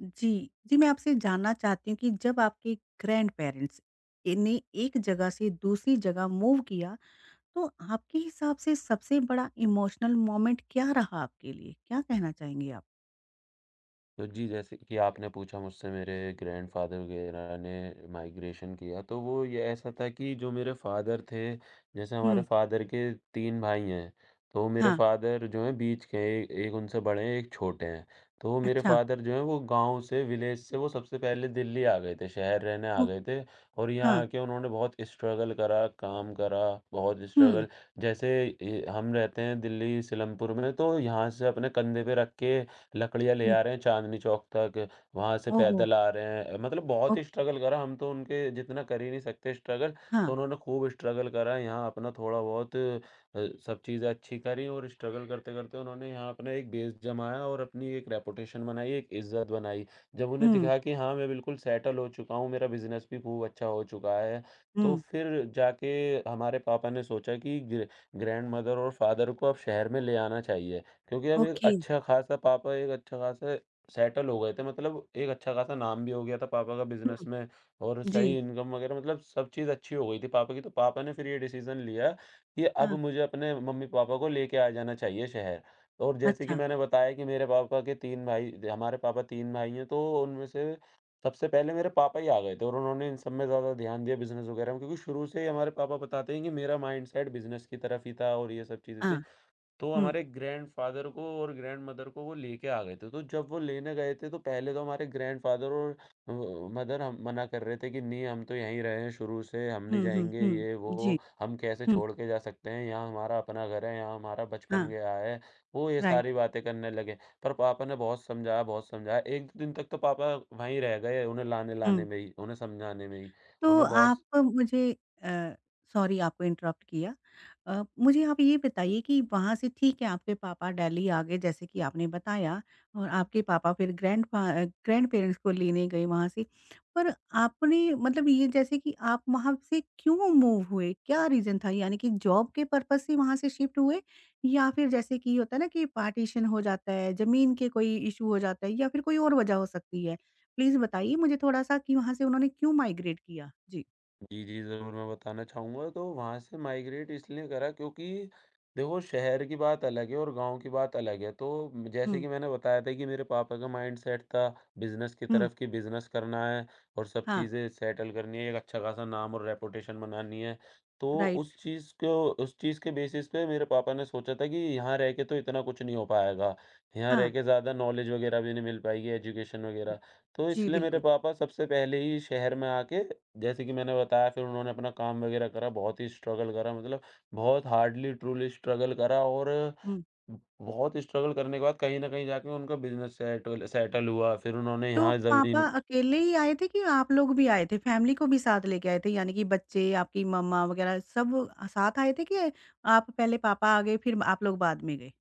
जी, जी, मैं आपसे जानना चाहती हूँ कि जब आपके ग्रैंडपेरेंट्स ए ने एक जगह से दूसरी जगह मूव किया, तो आपके हिसाब से सबसे बड़ा इमोशनल मोमेंट क्या रहा आपके लिए? क्या कहना चाहेंगे आप? तो जी, जैसे कि आपने पूछा मुझसे मेरे ग्रैंडफ़ादर वगैरह ने माइग्रेशन किया, तो वो ये ऐसा था कि जो मेरे फ़ादर थे, जैसे हमारे हुँ। फ़ादर के 3 भाई हैं, तो मेरे हाँ। फ़ादर जो हैं बीच के हैं, एक उनसे बड़े हैं, एक छोटे हैं। तो मेरे अच्छा। फ़ादर जो हैं वो गाँव से विलेज से वो सबसे पहले दिल्ली आ गए थे, शहर रहने आ ओ गए थे और यहाँ हाँ। आके उन्होंने बहुत स्ट्रगल करा, काम करा, बहुत हुँ, स्ट्रगल जैसे हम रहते हैं दिल्ली सिलमपुर में, तो यहाँ से अपने कंधे पे रख के लकड़ियाँ ले हुँ। आ रहे हैं चांदनी चौक तक, वहाँ से ओहो! पैदल आ रहे हैं। मतलब बहुत ओक ही स्ट्रगल करा, हम तो उनके जितना कर ही नहीं सकते स्ट्रगल, हाँ। तो उन्होंने खूब स्ट्रगल करा। यहाँ अपना थोड़ा बहुत सब चीज़ें अच्छी करी और स्ट्रगल करते-करते उन्होंने यहाँ अपना एक बेस जमाया और अपनी एक रेपुटेशन बनाई, एक इज़्ज़त बनाई। जब उन्हें हुँ, दिखा कि हाँ, मैं बिल्कुल सेटल हो चुका हूँ, मेरा बिज़नेस भी खूब अच्छा हो चुका है, तो हुँ। फिर जाके हमारे पापा ने सोचा कि ग्रैंडमदर और फादर को अब शहर में ले आना चाहिए। क्योंकि अब एक ओके। अच्छा खासा पापा एक अच्छा खासा सेटल हो गए थे, मतलब एक अच्छा खासा नाम भी हो गया था पापा का बिज़नेस हुँ, में और जी। सही इनकम वग़ैरह, मतलब सब चीज़ अच्छी हो गई थी पापा की, तो पापा ने फिर ये डिसीज़न लिया कि अब हाँ। मुझे अपने मम्मी-पापा को लेके आ जाना चाहिए शहर। और जैसे कि अच्छा। मैंने बताया कि मेरे पापा के 3 भाई हमारे पापा 3 भाई हैं, तो उनमें से सबसे पहले मेरे पापा ही आ गए थे और उन्होंने इन सब में ज़्यादा ध्यान दिया बिज़नेस वग़ैरह में क्योंकि शुरू से ही हमारे पापा बताते हैं कि मेरा माइंडसेट बिज़नेस की तरफ ही था और ये सब चीज़ें हाँ। थी। तो हुँ, हमारे ग्रैंडफ़ादर को और ग्रैंडमदर को वो लेके आ गए थे। तो जब वो लेने गए थे तो पहले तो हमारे ग्रैंडफ़ादर और अ, मदर हम मना कर रहे थे कि नहीं, हम तो यहीं रहे हैं शुरू से, हम नहीं हुँ, हुँ, जाएँगे ये हुँ, जी। वो, हम कैसे हुँ। छोड़ के जा सकते हैं, यहाँ हमारा अपना घर है, यहाँ हमारा हाँ। बचपन गया है। वो ये राइट। सारी बातें करने लगे। पर पापा ने बहुत समझाया, बहुत समझाया। 1 दिन तक तो पापा वहीं रह गए उन्हें लाने-लाने हुँ। में ही, उन्हें समझाने में ही। तो उन्हें बहुत आप मुझे अ, सॉरी, आपको इंटरप्ट किया। मुझे आप ये बताइए कि वहाँ से ठीक है आपके पापा दिल्ली आ गए जैसे कि आपने बताया और आपके पापा फिर ग्रैंडपेरेंट्स को लेने गए वहाँ से। पर आपने मतलब ये जैसे कि आप वहाँ से क्यों मूव हुए? क्या रीज़न था? यानी कि जॉब के पर्पज़ से वहाँ से शिफ्ट हुए या फिर जैसे कि होता है ना कि पार्टीशन हो जाता है, ज़मीन के कोई इश्यू हो जाता है या फिर कोई और वजह हो सकती है? प्लीज़ बताइए मुझे थोड़ा-सा कि वहाँ से उन्होंने क्यों माइग्रेट किया? जी। जी, जी, ज़रूर मैं बताना चाहूँगा। तो वहाँ से माइग्रेट इसलिए करा क्योंकि देखो शहर की बात अलग है और गाँव की बात अलग है। तो जैसे हुँ, कि मैंने बताया था कि मेरे पापा का माइंडसेट था बिज़नेस की हुँ। तरफ कि बिज़नेस करना है और सब हाँ। चीज़ें सेटल करनी है, एक अच्छा खासा नाम और रेपुटेशन बनानी है। तो राइट। उस चीज़ को उस चीज़ के बेसिस पे मेरे पापा ने सोचा था कि यहाँ रह के तो इतना कुछ नहीं हो पाएगा, यहाँ रह हाँ। के ज़्यादा नॉलेज वग़ैरह भी नहीं मिल पाएगी, एजुकेशन वग़ैरह। तो जी, इसलिए मेरे बिल्कुल। पापा सबसे पहले ही शहर में आके, जैसे कि मैंने बताया, फिर उन्होंने अपना काम वगैरह करा, बहुत ही स्ट्रगल करा, मतलब बहुत हार्डली ट्रूली स्ट्रगल करा और हुँ। बहुत स्ट्रगल करने के बाद कहीं न कहीं जाके उनका बिज़नेस सेटल सेटल हुआ। फिर उन्होंने तो यहाँ पापा ज़मीन अकेले ही आए थे कि आप लोग भी आए थे? फैमिली को भी साथ लेके आए थे? यानी कि बच्चे, आपकी मम्मा वगैरह सब साथ आए थे कि आप पहले पापा आ गए फिर आप लोग बाद में गए?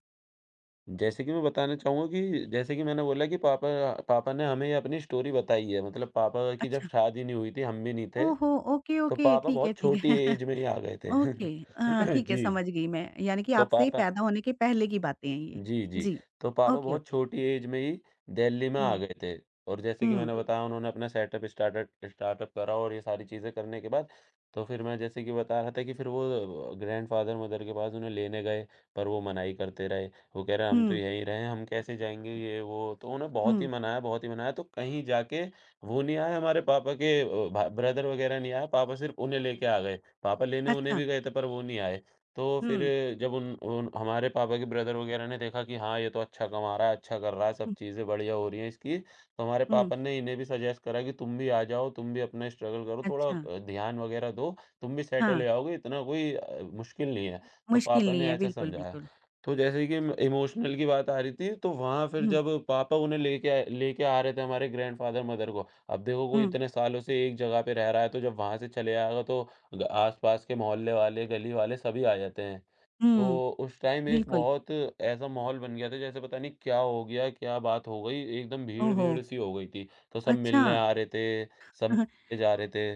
जैसे कि मैं बताना चाहूँगा कि जैसे कि मैंने बोला कि पापा पापा ने हमें ये अपनी स्टोरी बताई है, मतलब पापा की जब अच्छा। शादी नहीं हुई थी, हम भी नहीं थे, ओहो! ओके, तो ओके, पापा ठीक है, बहुत ठीक छोटी है। एज में ही आ गए थे। ओके। हाँ, ठीक है, जी, समझ गई मैं। यानी कि तो आपसे पापा पैदा होने के पहले की बातें हैं ये। जी, जी। जी। तो पापा ओके, बहुत ओके। छोटी एज में ही दिल्ली में आ हुँ, गए थे और जैसे कि हुँ, मैंने हुँ। बताया, उन्होंने अपना सेटअप स्टार्टअप स्टार्टअप करा और ये सारी चीज़ें करने के बाद तो फिर मैं जैसे कि बता रहा था कि फिर वो ग्रैंडफ़ादर मदर के पास उन्हें लेने गए, पर वो मनाही करते रहे। वो कह रहे हम तो हुँ, यहीं रहे हैं, हम कैसे जाएँगे ये वो। तो उन्हें हुँ। बहुत ही मनाया तो कहीं जाके वो नहीं आए, हमारे पापा के अ, भा ब्रदर वग़ैरह नहीं आए, पापा सिर्फ़ उन्हें लेके आ गए। पापा लेने उन्हें अच्छा। भी गए थे पर वो नहीं आए। तो फिर हुँ, जब उन उन हमारे पापा के ब्रदर वगैरह ने देखा कि हाँ, ये तो अच्छा कमा रहा है, अच्छा कर रहा है, हुँ, सब चीज़ें बढ़िया हो रही हैं इसकी, तो हमारे हुँ। पापा ने इन्हें भी सजेस्ट करा कि तुम भी आ जाओ, तुम भी अपना स्ट्रगल करो, थोड़ा अच्छा। ध्यान वगैरह दो, तुम भी हाँ, सेटल हो जाओगे, इतना कोई मुश्किल नहीं है। तो मुश्किल पापा नहीं ने है, ऐसा बिल्कुल, समझाया। बिल्कुल। तो जैसे कि म इमोशनल की बात आ रही थी, तो वहाँ फिर हुँ, जब पापा उन्हें लेके आ रहे थे हमारे ग्रैंडफ़ादर, मदर को। अब देखो कोई हुँ, इतने सालों से एक जगह पे रह रहा है, तो जब वहाँ से चले आएगा तो ग आस-पास के मोहल्ले वाले, गली वाले सभी आ जाते हैं। हुँ। तो उस टाइम एक बिल्कुल। बहुत ऐसा माहौल बन गया था, जैसे पता नहीं क्या हो गया, क्या बात हो गई, एकदम ओहो! भीड़-भीड़ सी हो गई थी। तो सब अच्छा। मिलने आ रहे थे, सब मिलके जा रहे थे।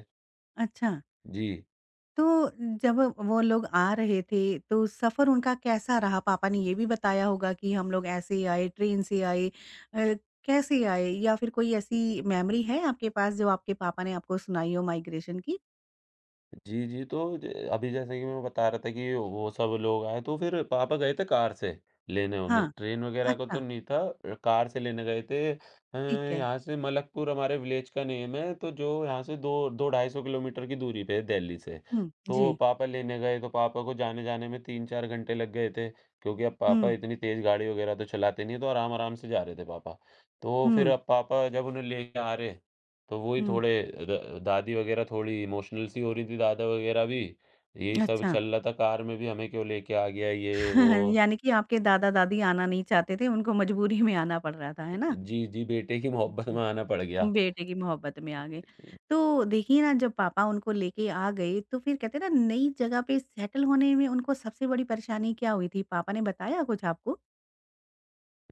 अच्छा। जी। तो जब वो लोग आ रहे थे, तो सफ़र उनका कैसा रहा? पापा ने ये भी बताया होगा कि हम लोग ऐसे ही आए, ट्रेन से आए, अ, कैसे आए? या फिर कोई ऐसी मेमोरी है आपके पास जो आपके पापा ने आपको सुनाई हो माइग्रेशन की? जी, जी। तो ज अभी जैसे कि मैं बता रहा था कि वो सब लोग आए तो फिर पापा गए थे कार से लेने उन्हें, हाँ। ट्रेन वग़ैरह का तो अच्छा, नहीं था, कार से लेने गए थे। ठीक है। यहाँ से मलकपुर हमारे विलेज का नेम है, तो जो यहाँ से दो दो 250 किलोमीटर की दूरी पे है दिल्ली से। हुँ, तो जी। पापा लेने गए तो पापा को जाने-जाने में 3-4 घंटे लग गए थे क्योंकि अब पापा हुँ, इतनी तेज़ गाड़ी वग़ैरह तो चलाते नहीं है, तो आराम-आराम से जा रहे थे पापा। तो फिर हुँ, अब पापा जब उन्हें लेके आ रहे तो वो ही हुँ। थोड़े द दादी वग़ैरह थोड़ी इमोशनल सी हो रही थी, दादा वग़ैरह भी। यही सब अच्छा। चल रहा था कार में भी, हमें क्यों लेके आ गया ये, हाँ, वो। यानी कि आपके दादा-दादी आना नहीं चाहते थे, उनको मजबूरी में आना पड़ रहा था, है ना? जी, जी, बेटे की मोहब्बत जी। में आना पड़ गया। बेटे की मोहब्बत में आ गए। तो देखिए ना, जब पापा उनको लेके आ गए, तो फिर कहते हैं ना, नई जगह पे सेटल होने में उनको सबसे बड़ी परेशानी क्या हुई थी? पापा ने बताया कुछ आपको?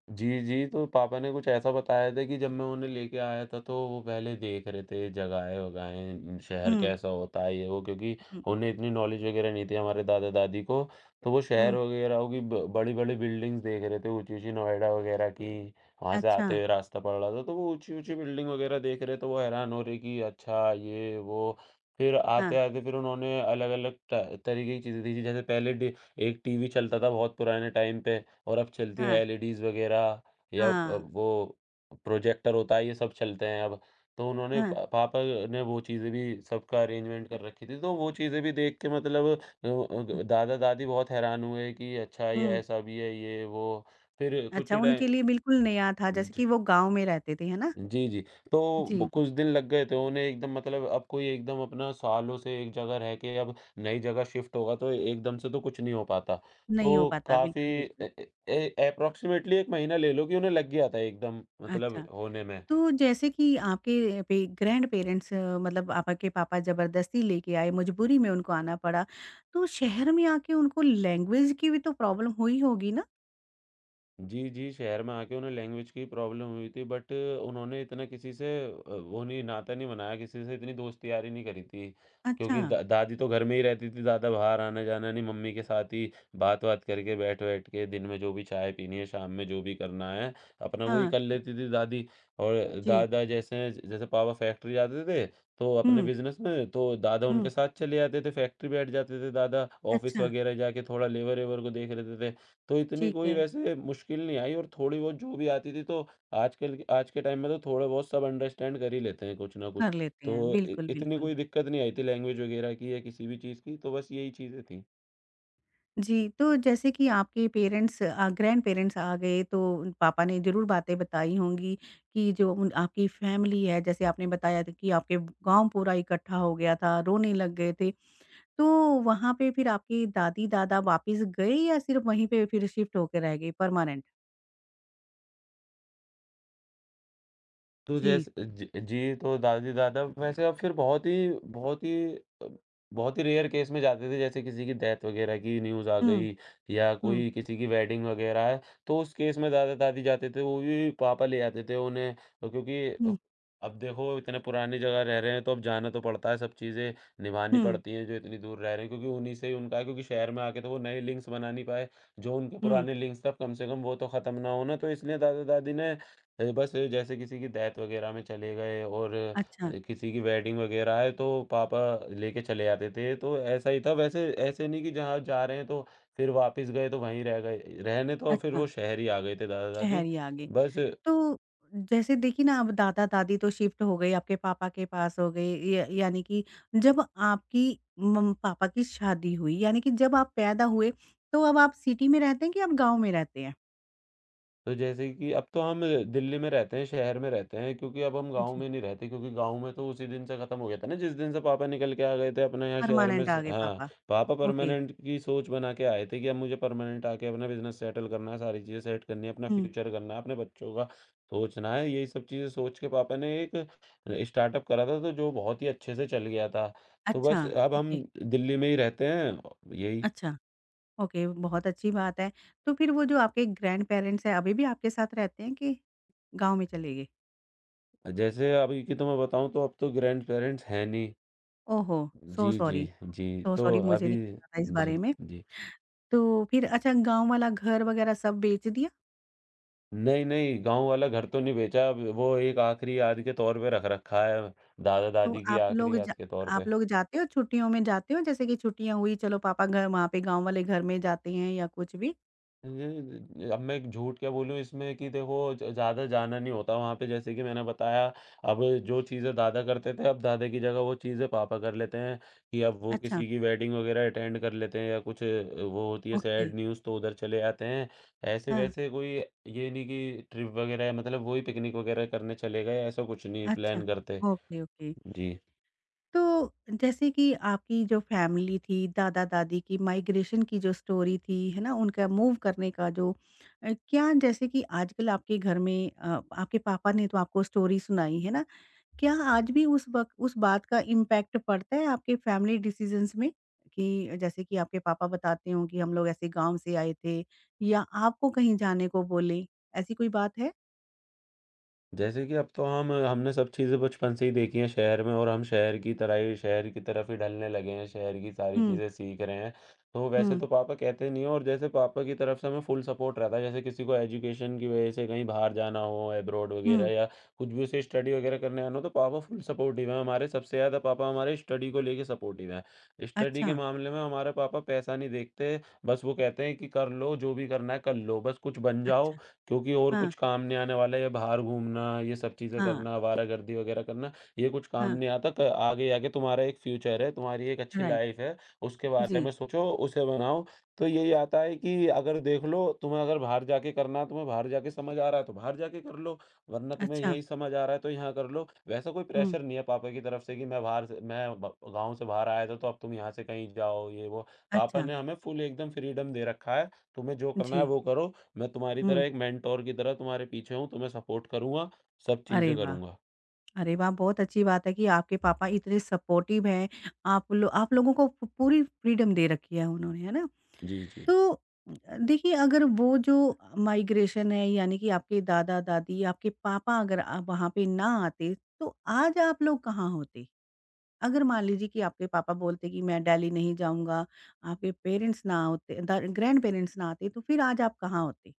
जी, जी, तो पापा ने कुछ ऐसा बताया था कि जब मैं उन्हें लेके आया था तो वो पहले देख रहे थे जगहें-वगहें, शहर हुँ, कैसा होता है ये वो, क्योंकि हुँ, उन्हें इतनी नॉलेज वगैरह नहीं थी हमारे दादा-दादी को, तो वो शहर हुँ। वगैरह की ब बड़ी-बड़ी बिल्डिंग्स देख रहे थे, ऊँची-ऊँची नोएडा वगैरह की, वहाँ से अच्छा। आते हुए रास्ता पड़ रहा था तो वो ऊँची-ऊँची बिल्डिंग वगैरह देख रहे तो वो हैरान हो रहे कि अच्छा ये वो। फिर हाँ, आते-आते फिर उन्होंने अलग-अलग ट तरीके की चीज़ें देखी, जैसे पहले डे एक टीवी चलता था बहुत पुराने टाइम पे। और अब चलती हैं हाँ, एलईडीज़ वग़ैरह या हाँ, वो प्रोजेक्टर होता है, ये सब चलते हैं अब। तो उन्होंने हाँ। पा पापा ने वो चीज़ें भी सबका अरेंजमेंट कर रखी थी, तो वो चीज़ें भी देख के, मतलब हुँ, दादा-दादी बहुत हैरान हुए कि अच्छा ये हुँ। ऐसा भी है, ये वो। फिर कुछ अच्छा, ही टाइम उनके लिए बिल्कुल नया था, जैसे कि वो गाँव में रहते थे, है ना? जी, जी। तो ब जी, कुछ दिन लग गए थे उन्हें एकदम, मतलब अब कोई एकदम अपना सालों से एक जगह रह के अब नई जगह शिफ्ट होगा तो एकदम से तो कुछ नहीं हो पाता। नहीं हो तो पाता, काफ़ी बिल्कुल, बिल्कुल। ए ए ए अप्रॉक्सिमेटली 1 महीना ले लो कि उन्हें लग गया था एकदम, मतलब अच्छा। होने में। तो जैसे कि आपके पे ग्रैंड पेरेंट्स मतलब आपके पापा ज़बरदस्ती लेके आए, मजबूरी में उनको आना पड़ा। तो शहर में आके उनको लैंग्वेज की भी तो प्रॉब्लम हुई होगी ना? जी, जी, शहर में आके उन्हें लैंग्वेज की प्रॉब्लम हुई थी, बट उन्होंने इतना किसी से वो नहीं, नाता नहीं बनाया, किसी से इतनी दोस्ती यारी नहीं करी थी। अच्छा। क्योंकि दा दादी तो घर में ही रहती थी, ज़्यादा बाहर आना-जाना नहीं, मम्मी के साथ ही बात-वात करके, बैठ-बैठ के दिन में जो भी चाय पीनी है, शाम में जो भी करना है, अपना वही हाँ, कर लेती थी दादी। और जी। दादा जैसे जैसे पापा फैक्ट्री जाते थे, तो अपने हुँ, बिज़नेस में, तो दादा हुँ। उनके साथ चले जाते थे, फैक्ट्री बैठ जाते थे दादा, ऑफ़िस अच्छा, वगैरह जाके थोड़ा लेबर-वेबर को देख लेते थे। तो इतनी ठीक कोई है, वैसे मुश्किल नहीं आई और थोड़ी बहुत जो भी आती थी तो आजकल के आज के टाइम में तो थोड़ा बहुत सब अंडरस्टैंड कर ही लेते हैं कुछ ना कुछ। कर लेते तो हैं। इ बिल्कुल, इतनी बिल्कुल। कोई दिक्कत नहीं आई थी लैंग्वेज वगैरह की या किसी भी चीज़ की, तो बस यही चीज़ें थी। जी, तो जैसे कि आपके पेरेंट्स ग्रैंड पेरेंट्स आ गए तो उन पापा ने ज़रूर बातें बताई होंगी कि जो उन आपकी फैमिली है, जैसे आपने बताया था कि आपके गाँव पूरा इकट्ठा हो गया था, रोने लग गए थे। तो वहाँ पे फिर आपकी दादी-दादा वापिस गए या सिर्फ़ वहीं पे फिर शिफ्ट होके रह गए परमानेंट? तो जी। जैस जी जी, तो दादी-दादा वैसे अब फिर बहुत ही अ, बहुत ही रेयर केस में जाते थे, जैसे किसी की डेथ वगैरह की न्यूज़ आ हुँ, गई या हुँ, कोई किसी की वेडिंग वगैरह है, तो उस केस में दादा-दादी जाते थे, वो भी पापा ले जाते थे उन्हें, हुँ, अब देखो इतने पुरानी जगह रह रहे हैं तो अब जाना तो पड़ता है, सब चीज़ें निभानी हुँ, पड़ती हैं जो इतनी दूर रह रहे हैं, क्योंकि उन्हीं से ही उनका है, क्योंकि शहर में आके तो वो नए लिंक्स बना नहीं पाए, जो उनके हुँ। पुराने लिंक्स थे अब कम से कम वो तो ख़त्म ना हो ना, तो इसलिए दादा-दादी ने बस जैसे किसी की डेथ वगैरह में चले गए और अच्छा। किसी की वेडिंग वगैरह है तो पापा लेके चले जाते थे। तो ऐसा ही था। वैसे ऐसे नहीं कि जहाँ जा रहे हैं तो फिर वापस गए तो वहीं रह गए रहने। तो फिर अच्छा, वो शहर ही आ गए थे दादा शहर दादी। ही आ गए। बस। तो जैसे देखिए ना, अब दादा-दादी तो शिफ्ट हो गए, आपके पापा के पास हो गए, य यानी कि जब आपकी मम पापा की शादी हुई, यानी कि जब आप पैदा हुए, तो अब आप सिटी में रहते हैं कि आप गाँव में रहते हैं? तो जैसे कि अब तो हम दिल्ली में रहते हैं, शहर में रहते हैं, क्योंकि अब हम गाँव जी। में नहीं रहते, क्योंकि गाँव में तो उसी दिन से ख़त्म हो गया था ना जिस दिन से पापा निकल के आ गए थे अपने यहाँ शहर में। परमानेंट स आ गए हाँ। पापा। पापा ओके। परमानेंट की सोच बना के आए थे कि अब मुझे परमानेंट आके अपना बिज़नेस सेटल करना है, सारी चीज़ें सेट करनी है, अपना हुँ। फ्यूचर करना है, अपने बच्चों का सोचना है। यही सब चीज़ें सोच के पापा ने एक स्टार्टअप करा था, तो जो बहुत ही अच्छे से चल गया था। तो अच्छा, बस अब हम ओके। दिल्ली में ही रहते हैं यही। अच्छा। ओके, बहुत अच्छी बात है। तो फिर वो जो आपके ग्रैंडपेरेंट्स हैं, अभी भी आपके साथ रहते हैं कि गाँव में चले गए? जैसे अभी की तो मैं बताऊँ, तो अब तो ग्रैंड पेरेंट्स हैं नहीं। ओहो! सो जी, सॉरी, जी, जी। सो तो सॉरी, मुझे अभी नहीं पता था इस बारे जी, में। जी। तो फिर अच्छा गाँव वाला घर वग़ैरह सब बेच दिया? नहीं, नहीं, गाँव वाला घर तो नहीं बेचा। अब वो एक आखिरी याद के तौर पे रख रखा है, तो दादा-दादी की आखिरी याद के तौर आप पे। लोग जाते हो छुट्टियों में, जाते हो जैसे कि छुट्टियाँ हुई चलो पापा घर, वहाँ पे गाँव वाले घर में जाते हैं या कुछ भी? ये अब मैं झूठ क्या बोलूँ इसमें कि देखो ज ज़्यादा जाना नहीं होता वहाँ पे, जैसे कि मैंने बताया। अब जो चीज़ें दादा करते थे, अब दादा की जगह वो चीज़ें पापा कर लेते हैं, कि अब वो अच्छा, किसी की वेडिंग वग़ैरह अटेंड कर लेते हैं या कुछ वो होती है ओके। सैड न्यूज़, तो उधर चले जाते हैं। हाँ। ऐसे-वैसे कोई ये नहीं कि ट्रिप वग़ैरह, मतलब वही पिकनिक वग़ैरह करने चले गए, ऐसा कुछ नहीं अच्छा। प्लान करते। Okay, okay. जी। तो जैसे कि आपकी जो फैमिली थी, दादा-दादी की माइग्रेशन की जो स्टोरी थी, है ना? उनका मूव करने का जो क्या, जैसे कि आजकल आपके घर में, आपके पापा ने तो आपको स्टोरी सुनाई, है ना? क्या आज भी उस वक़्त उस बात का इम्पैक्ट पड़ता है आपके फैमिली डिसीज़न्स में? कि जैसे कि आपके पापा बताते हों कि हम लोग ऐसे गाँव से आए थे, या आपको कहीं जाने को बोले, ऐसी कोई बात है? जैसे कि अब तो हम हमने सब चीज़ें बचपन से ही देखी हैं शहर में, और हम शहर की तरह ही, शहर की तरफ ही ढलने लगे हैं, शहर की सारी हुँ, चीज़ें सीख रहे हैं। तो वैसे हुँ, तो पापा कहते नहीं हैं, और जैसे पापा की तरफ से हमें फुल सपोर्ट रहता है, जैसे किसी को एजुकेशन की वजह से कहीं बाहर जाना हो, अब्रॉड वगैरह हुँ। या कुछ भी, उसे स्टडी वगैरह करने आना हो, तो पापा फुल सपोर्टिव हैं हमारे, सबसे ज़्यादा पापा हमारे स्टडी को लेके सपोर्टिव हैं। स्टडी के अच्छा, मामले में हमारे पापा पैसा नहीं देखते, बस वो कहते हैं कि कर लो, जो भी करना है कर लो, बस कुछ बन जाओ, अच्छा। क्योंकि और हाँ, कुछ काम नहीं आने वाला है, ये बाहर घूमना, ये सब चीज़ें हाँ, करना, आवारागर्दी वग़ैरह करना, ये कुछ काम हाँ। नहीं आता। क आगे जाके तुम्हारा एक फ्यूचर है, तुम्हारी एक अच्छी राइट। लाइफ़ है, उसके बारे जी। में सोचो, उसे बनाओ। तो यही आता है कि अगर देख लो, तुम्हें अगर बाहर जाके करना है, तुम्हें बाहर जाके समझ आ रहा है, तो बाहर जाके कर लो, वरना तुम्हें अच्छा। यहीं समझ आ रहा है, तो यहाँ कर लो। वैसा कोई हुँ। प्रेशर नहीं है पापा की तरफ से कि मैं बाहर से मैं ब गाँव से बाहर आया था, तो अब तुम यहाँ से कहीं जाओ, ये वो। पापा अच्छा। ने हमें फुल एकदम फ्रीडम दे रखा है, तुम्हें जो करना है जी। वो करो। मैं तुम्हारी तरह, हुँ। एक मेंटोर की तरह तुम्हारे पीछे हूँ, तुम्हें सपोर्ट करूँगा, सब अरे चीज़ें वाह! करूँगा। अरे वाह! बहुत अच्छी बात है कि आपके पापा इतने सपोर्टिव हैं, आप लोगों को पू पूरी फ्रीडम दे रखी है उन्होंने, है ना? जी, जी। तो देखिए, अगर वो जो माइग्रेशन है, यानी कि आपके दादा-दादी, आपके पापा अगर वहाँ पे ना आते, तो आज आप लोग कहाँ होते? अगर मान लीजिए कि आपके पापा बोलते कि मैं दिल्ली नहीं जाऊँगा, आपके पेरेंट्स ना होते, द ग्रैंड पेरेंट्स ना आते, तो फिर आज आप कहाँ होते?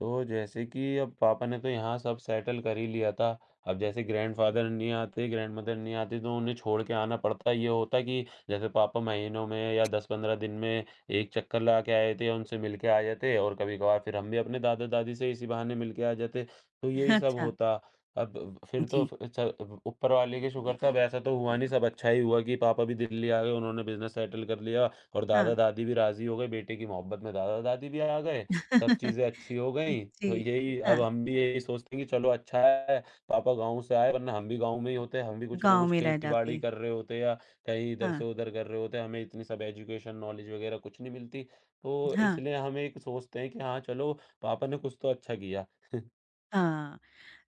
तो जैसे कि अब पापा ने तो यहाँ सब सेटल कर ही लिया था। अब जैसे ग्रैंडफ़ादर नहीं आते, ग्रैंडमदर नहीं आती, तो उन्हें छोड़ के आना पड़ता। ये होता कि जैसे पापा महीनों में या 10-15 दिन में एक चक्कर लगा के आए थे, या उनसे मिल के आ जाते, और कभी-कभार फिर हम भी अपने दादा-दादी से इसी बहाने मिल के आ जाते। तो यही सब अच्छा। होता। अब फिर तो जी। फ च ऊपर वाले की शुक्र था, वैसा तो हुआ नहीं, सब अच्छा ही हुआ कि पापा भी दिल्ली आ गए, उन्होंने बिज़नेस सेटल कर लिया, और हाँ। दादा-दादी भी राज़ी हो गए, बेटे की मोहब्बत में दादा-दादी भी आ गए। सब चीज़ें अच्छी हो गई, तो जी। यही अब हाँ, हम भी यही सोचते हैं कि चलो, अच्छा है पापा गाँव से आए, वरना हम भी गाँव में ही होते, हम भी कुछ ना गाँव कुछ में रह खेती-बाड़ी जाते। कर रहे होते, या कहीं इधर हाँ, से उधर कर रहे होते, हमें इतनी सब एजुकेशन, नॉलेज वगैरह कुछ नहीं मिलती। तो हाँ, इसलिए हम एक सोचते हैं कि हाँ, चलो, पापा ने कुछ तो अच्छा किया। हाँ।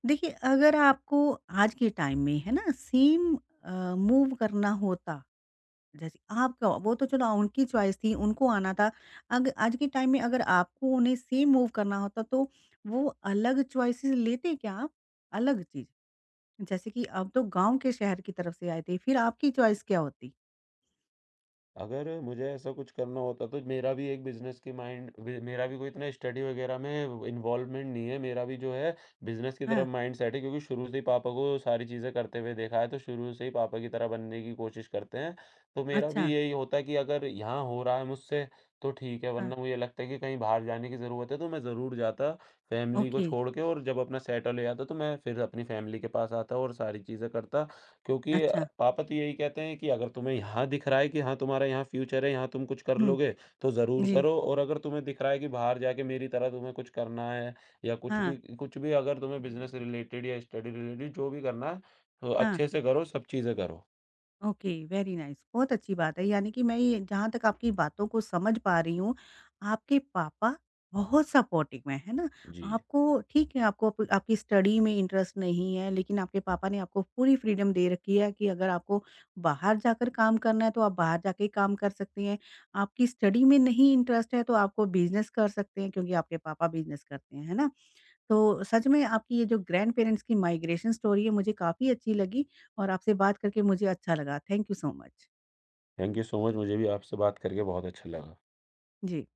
देखिए, अगर आपको आज के टाइम में, है ना, सेम मूव करना होता, जैसे आपका वो तो चलो उनकी चॉइस थी, उनको आना था। अग आज के टाइम में अगर आपको उन्हें सेम मूव करना होता, तो वो अलग चॉइसेज़ लेते क्या आप? अलग चीज़। जैसे कि आप तो गाँव के शहर की तरफ से आए थे, फिर आपकी चॉइस क्या होती? अगर मुझे ऐसा कुछ करना होता, तो मेरा भी एक बिज़नेस की माइंड वे, मेरा भी कोई इतना स्टडी वगैरह में इन्वॉल्वमेंट नहीं है। मेरा भी जो है, बिज़नेस की हाँ। तरफ माइंडसेट है, क्योंकि शुरू से ही पापा को सारी चीज़ें करते हुए देखा है, तो शुरू से ही पापा की तरह बनने की कोशिश करते हैं। तो मेरा भी अच्छा। यही होता है कि अगर यहाँ हो रहा है मुझसे तो ठीक है, हाँ। वरना मुझे लगता है कि कहीं बाहर जाने की ज़रूरत है, तो मैं ज़रूर जाता फैमिली को ओके, छोड़ के, और जब अपना सेटल हो जाता, तो मैं फिर अपनी फैमिली के पास आता और सारी चीज़ें करता। क्योंकि अच्छा। पापा तो यही कहते हैं कि अगर तुम्हें यहाँ दिख रहा है कि हाँ, तुम्हारा यहाँ फ्यूचर है, यहाँ तुम कुछ कर हुँ, लोगे, तो ज़रूर जी। करो, और अगर तुम्हें दिख रहा है कि बाहर जाके मेरी तरह तुम्हें कुछ करना है, या कुछ हाँ, भी कुछ भी, अगर तुम्हें बिज़नेस रिलेटेड या स्टडी रिलेटेड जो भी करना है, तो हाँ। अच्छे से करो, सब चीज़ें करो। ओके, वेरी नाइस, बहुत अच्छी बात है, यानी कि मैं ये जहाँ तक आपकी बातों को समझ पा रही हूँ, आपके पापा बहुत सपोर्टिव हैं, है ना? जी, आपको ठीक है, आपको अप आपकी स्टडी में इंटरेस्ट नहीं है, लेकिन आपके पापा ने आपको पूरी फ्रीडम दे रखी है कि अगर आपको बाहर जाकर काम करना है, तो आप बाहर जाके काम कर सकते हैं। आपकी स्टडी में नहीं इंटरेस्ट है, तो आपको बिज़नेस कर सकते हैं क्योंकि आपके पापा बिज़नेस करते हैं, है ना? तो सच में आपकी ये जो ग्रैंडपेरेंट्स की माइग्रेशन स्टोरी है, मुझे काफ़ी अच्छी लगी और आपसे बात करके मुझे अच्छा लगा। Thank you so much. Thank you so much. मुझे भी आपसे बात करके बहुत अच्छा लगा। जी।